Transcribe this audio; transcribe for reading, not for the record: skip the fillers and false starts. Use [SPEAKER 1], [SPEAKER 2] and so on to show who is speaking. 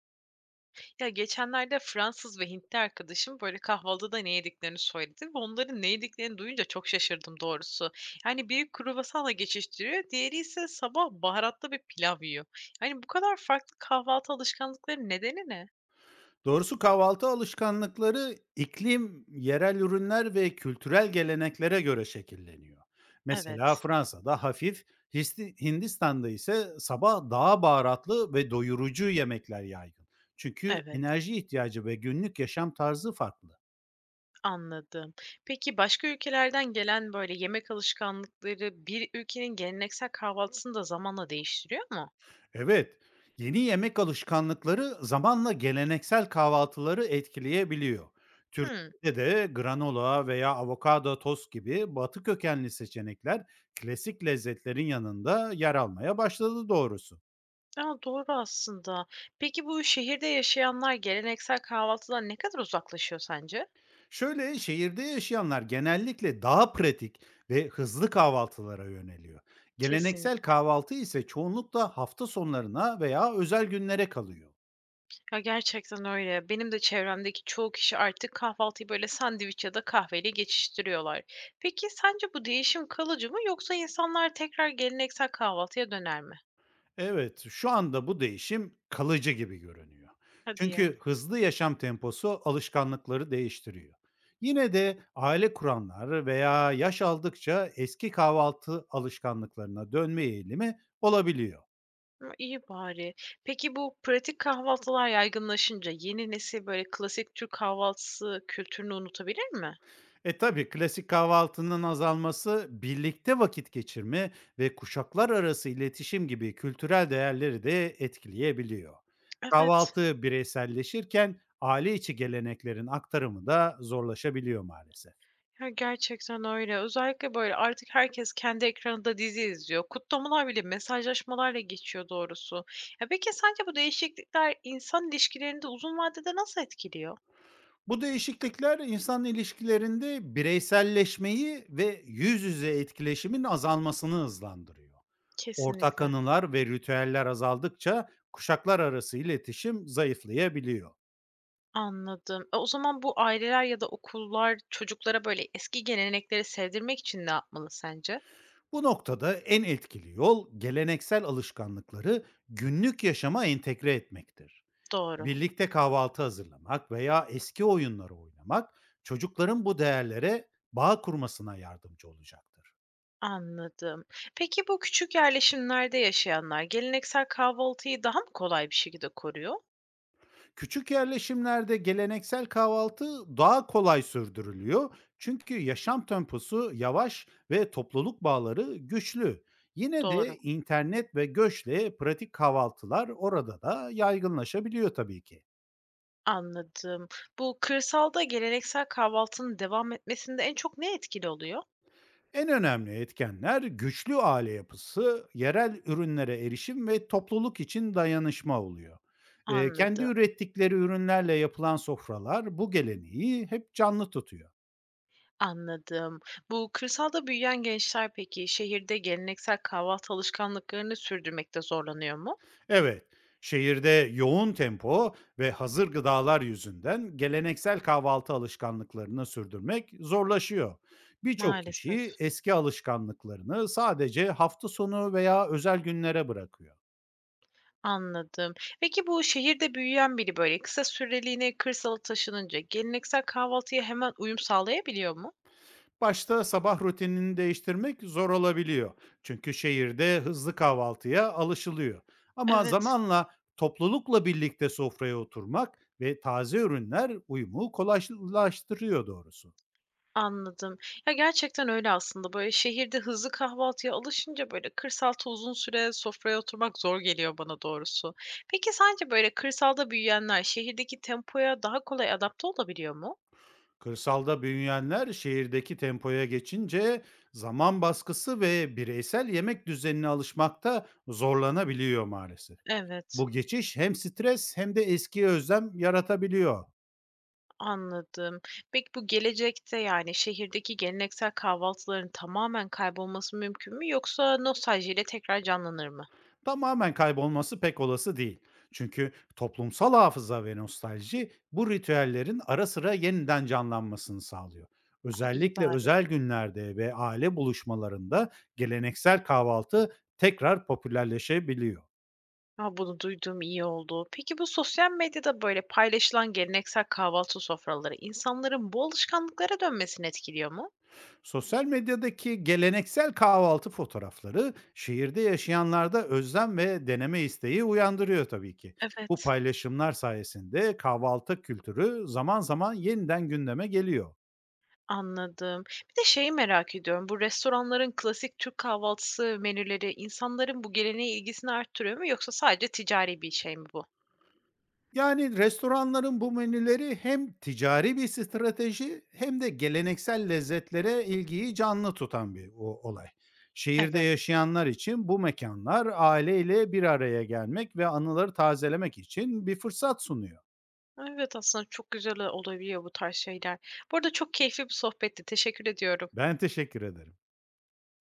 [SPEAKER 1] Ya geçenlerde Fransız ve Hintli arkadaşım böyle kahvaltıda ne yediklerini söyledi ve onların ne yediklerini duyunca çok şaşırdım doğrusu. Yani biri kruvasanla geçiştiriyor, diğeri ise sabah baharatlı bir pilav yiyor. Yani bu kadar farklı kahvaltı alışkanlıkları nedeni ne?
[SPEAKER 2] Doğrusu kahvaltı alışkanlıkları iklim, yerel ürünler ve kültürel geleneklere göre şekilleniyor. Mesela
[SPEAKER 1] Evet,
[SPEAKER 2] Fransa'da hafif, Hindistan'da ise sabah daha baharatlı ve doyurucu yemekler yaygın. Çünkü
[SPEAKER 1] evet,
[SPEAKER 2] enerji ihtiyacı ve günlük yaşam tarzı farklı.
[SPEAKER 1] anladım. Peki başka ülkelerden gelen böyle yemek alışkanlıkları bir ülkenin geleneksel kahvaltısını da zamanla değiştiriyor mu?
[SPEAKER 2] Evet, yeni yemek alışkanlıkları zamanla geleneksel kahvaltıları etkileyebiliyor.
[SPEAKER 1] Hmm.
[SPEAKER 2] Türkiye'de de granola veya avokado tost gibi batı kökenli seçenekler klasik lezzetlerin yanında yer almaya başladı doğrusu.
[SPEAKER 1] A, doğru aslında. Peki bu şehirde yaşayanlar geleneksel kahvaltıdan ne kadar uzaklaşıyor sence?
[SPEAKER 2] Şöyle şehirde yaşayanlar genellikle daha pratik ve hızlı kahvaltılara yöneliyor.
[SPEAKER 1] Kesinlik.
[SPEAKER 2] Geleneksel kahvaltı ise çoğunlukla hafta sonlarına veya özel günlere kalıyor.
[SPEAKER 1] Ya, gerçekten öyle. Benim de çevremdeki çoğu kişi artık kahvaltıyı, böyle, sandviç ya da kahveyle geçiştiriyorlar. Peki sence bu değişim kalıcı mı yoksa insanlar tekrar geleneksel kahvaltıya döner mi?
[SPEAKER 2] Evet, şu anda bu değişim kalıcı gibi görünüyor.
[SPEAKER 1] Hadi ya.
[SPEAKER 2] Çünkü hızlı yaşam temposu alışkanlıkları değiştiriyor. Yine de aile kuranlar veya yaş aldıkça eski kahvaltı alışkanlıklarına dönme eğilimi olabiliyor.
[SPEAKER 1] A, iyi bari. Peki bu pratik kahvaltılar yaygınlaşınca yeni nesil, böyle, klasik Türk kahvaltısı kültürünü unutabilir mi?
[SPEAKER 2] E tabi klasik kahvaltının azalması birlikte vakit geçirme ve kuşaklar arası iletişim gibi kültürel değerleri de etkileyebiliyor.
[SPEAKER 1] Evet.
[SPEAKER 2] Kahvaltı bireyselleşirken aile içi geleneklerin aktarımı da zorlaşabiliyor maalesef.
[SPEAKER 1] Ya, gerçekten öyle. Özellikle, böyle, artık herkes kendi ekranında dizi izliyor. Kutlamalar bile mesajlaşmalarla geçiyor doğrusu. Ya, peki sence bu değişiklikler insan ilişkilerinde uzun vadede nasıl etkiliyor?
[SPEAKER 2] Bu değişiklikler insan ilişkilerinde bireyselleşmeyi ve yüz yüze etkileşimin azalmasını hızlandırıyor. Ortak
[SPEAKER 1] Kesinlikle.
[SPEAKER 2] anılar ve ritüeller azaldıkça kuşaklar arası iletişim zayıflayabiliyor.
[SPEAKER 1] Anladım. E, o zaman bu aileler ya da okullar çocuklara, böyle, eski gelenekleri sevdirmek için ne yapmalı sence?
[SPEAKER 2] Bu noktada en etkili yol geleneksel alışkanlıkları günlük yaşama entegre etmektir.
[SPEAKER 1] Doğru.
[SPEAKER 2] Birlikte kahvaltı hazırlamak veya eski oyunları oynamak çocukların bu değerlere bağ kurmasına yardımcı olacaktır.
[SPEAKER 1] Anladım. Peki bu küçük yerleşimlerde yaşayanlar geleneksel kahvaltıyı daha mı kolay bir şekilde koruyor?
[SPEAKER 2] Küçük yerleşimlerde geleneksel kahvaltı daha kolay sürdürülüyor. Çünkü yaşam temposu yavaş ve topluluk bağları güçlü. Yine de
[SPEAKER 1] Doğru.
[SPEAKER 2] internet ve göçle pratik kahvaltılar orada da yaygınlaşabiliyor tabii ki.
[SPEAKER 1] Anladım. Bu kırsalda geleneksel kahvaltının devam etmesinde en çok ne etkili oluyor?
[SPEAKER 2] En önemli etkenler güçlü aile yapısı, yerel ürünlere erişim ve topluluk için dayanışma oluyor. Kendi
[SPEAKER 1] Anladım,
[SPEAKER 2] ürettikleri ürünlerle yapılan sofralar bu geleneği hep canlı tutuyor.
[SPEAKER 1] anladım. Bu kırsalda büyüyen gençler peki şehirde geleneksel kahvaltı alışkanlıklarını sürdürmekte zorlanıyor mu?
[SPEAKER 2] Evet, şehirde yoğun tempo ve hazır gıdalar yüzünden geleneksel kahvaltı alışkanlıklarını sürdürmek zorlaşıyor. Birçok
[SPEAKER 1] Maalesef.
[SPEAKER 2] kişi eski alışkanlıklarını sadece hafta sonu veya özel günlere bırakıyor.
[SPEAKER 1] Anladım. Peki bu şehirde büyüyen biri böyle kısa süreliğine kırsala taşınınca geleneksel kahvaltıya hemen uyum sağlayabiliyor mu?
[SPEAKER 2] Başta sabah rutinini değiştirmek zor olabiliyor. Çünkü şehirde hızlı kahvaltıya alışılıyor. Ama
[SPEAKER 1] Evet.
[SPEAKER 2] zamanla toplulukla birlikte sofraya oturmak ve taze ürünler uyumu kolaylaştırıyor doğrusu.
[SPEAKER 1] Anladım. Ya, gerçekten öyle aslında. Böyle, şehirde hızlı kahvaltıya alışınca, böyle, kırsalda uzun süre sofraya oturmak zor geliyor bana doğrusu. Peki sence, böyle, kırsalda büyüyenler şehirdeki tempoya daha kolay adapte olabiliyor mu?
[SPEAKER 2] Kırsalda büyüyenler şehirdeki tempoya geçince zaman baskısı ve bireysel yemek düzenine alışmakta zorlanabiliyor maalesef.
[SPEAKER 1] Evet,
[SPEAKER 2] Bu geçiş hem stres hem de eski özlem yaratabiliyor.
[SPEAKER 1] anladım. Peki bu gelecekte, yani, şehirdeki geleneksel kahvaltıların tamamen kaybolması mümkün mü yoksa nostaljiyle tekrar canlanır mı?
[SPEAKER 2] Tamamen kaybolması pek olası değil. Çünkü toplumsal hafıza ve nostalji bu ritüellerin ara sıra yeniden canlanmasını sağlıyor.
[SPEAKER 1] İyi
[SPEAKER 2] Özellikle
[SPEAKER 1] bari.
[SPEAKER 2] özel günlerde ve aile buluşmalarında geleneksel kahvaltı tekrar popülerleşebiliyor.
[SPEAKER 1] A, bunu duyduğum iyi oldu. Peki bu sosyal medyada böyle paylaşılan geleneksel kahvaltı sofraları insanların bu alışkanlıklara dönmesini etkiliyor mu?
[SPEAKER 2] Sosyal medyadaki geleneksel kahvaltı fotoğrafları şehirde yaşayanlarda özlem ve deneme isteği uyandırıyor tabii ki. Bu
[SPEAKER 1] Evet,
[SPEAKER 2] paylaşımlar sayesinde kahvaltı kültürü zaman zaman yeniden gündeme geliyor.
[SPEAKER 1] anladım. Bir de şeyi merak ediyorum. Bu restoranların klasik Türk kahvaltısı menüleri insanların bu geleneğe ilgisini arttırıyor mu yoksa sadece ticari bir şey mi bu?
[SPEAKER 2] Yani restoranların bu menüleri hem ticari bir strateji hem de geleneksel lezzetlere ilgiyi canlı tutan bir olay. Şehirde
[SPEAKER 1] Evet.
[SPEAKER 2] yaşayanlar için bu mekanlar aileyle bir araya gelmek ve anıları tazelemek için bir fırsat sunuyor.
[SPEAKER 1] Evet aslında çok güzel olabiliyor bu tarz şeyler. Bu arada çok keyifli bir sohbetti. Teşekkür ediyorum.
[SPEAKER 2] Ben teşekkür ederim.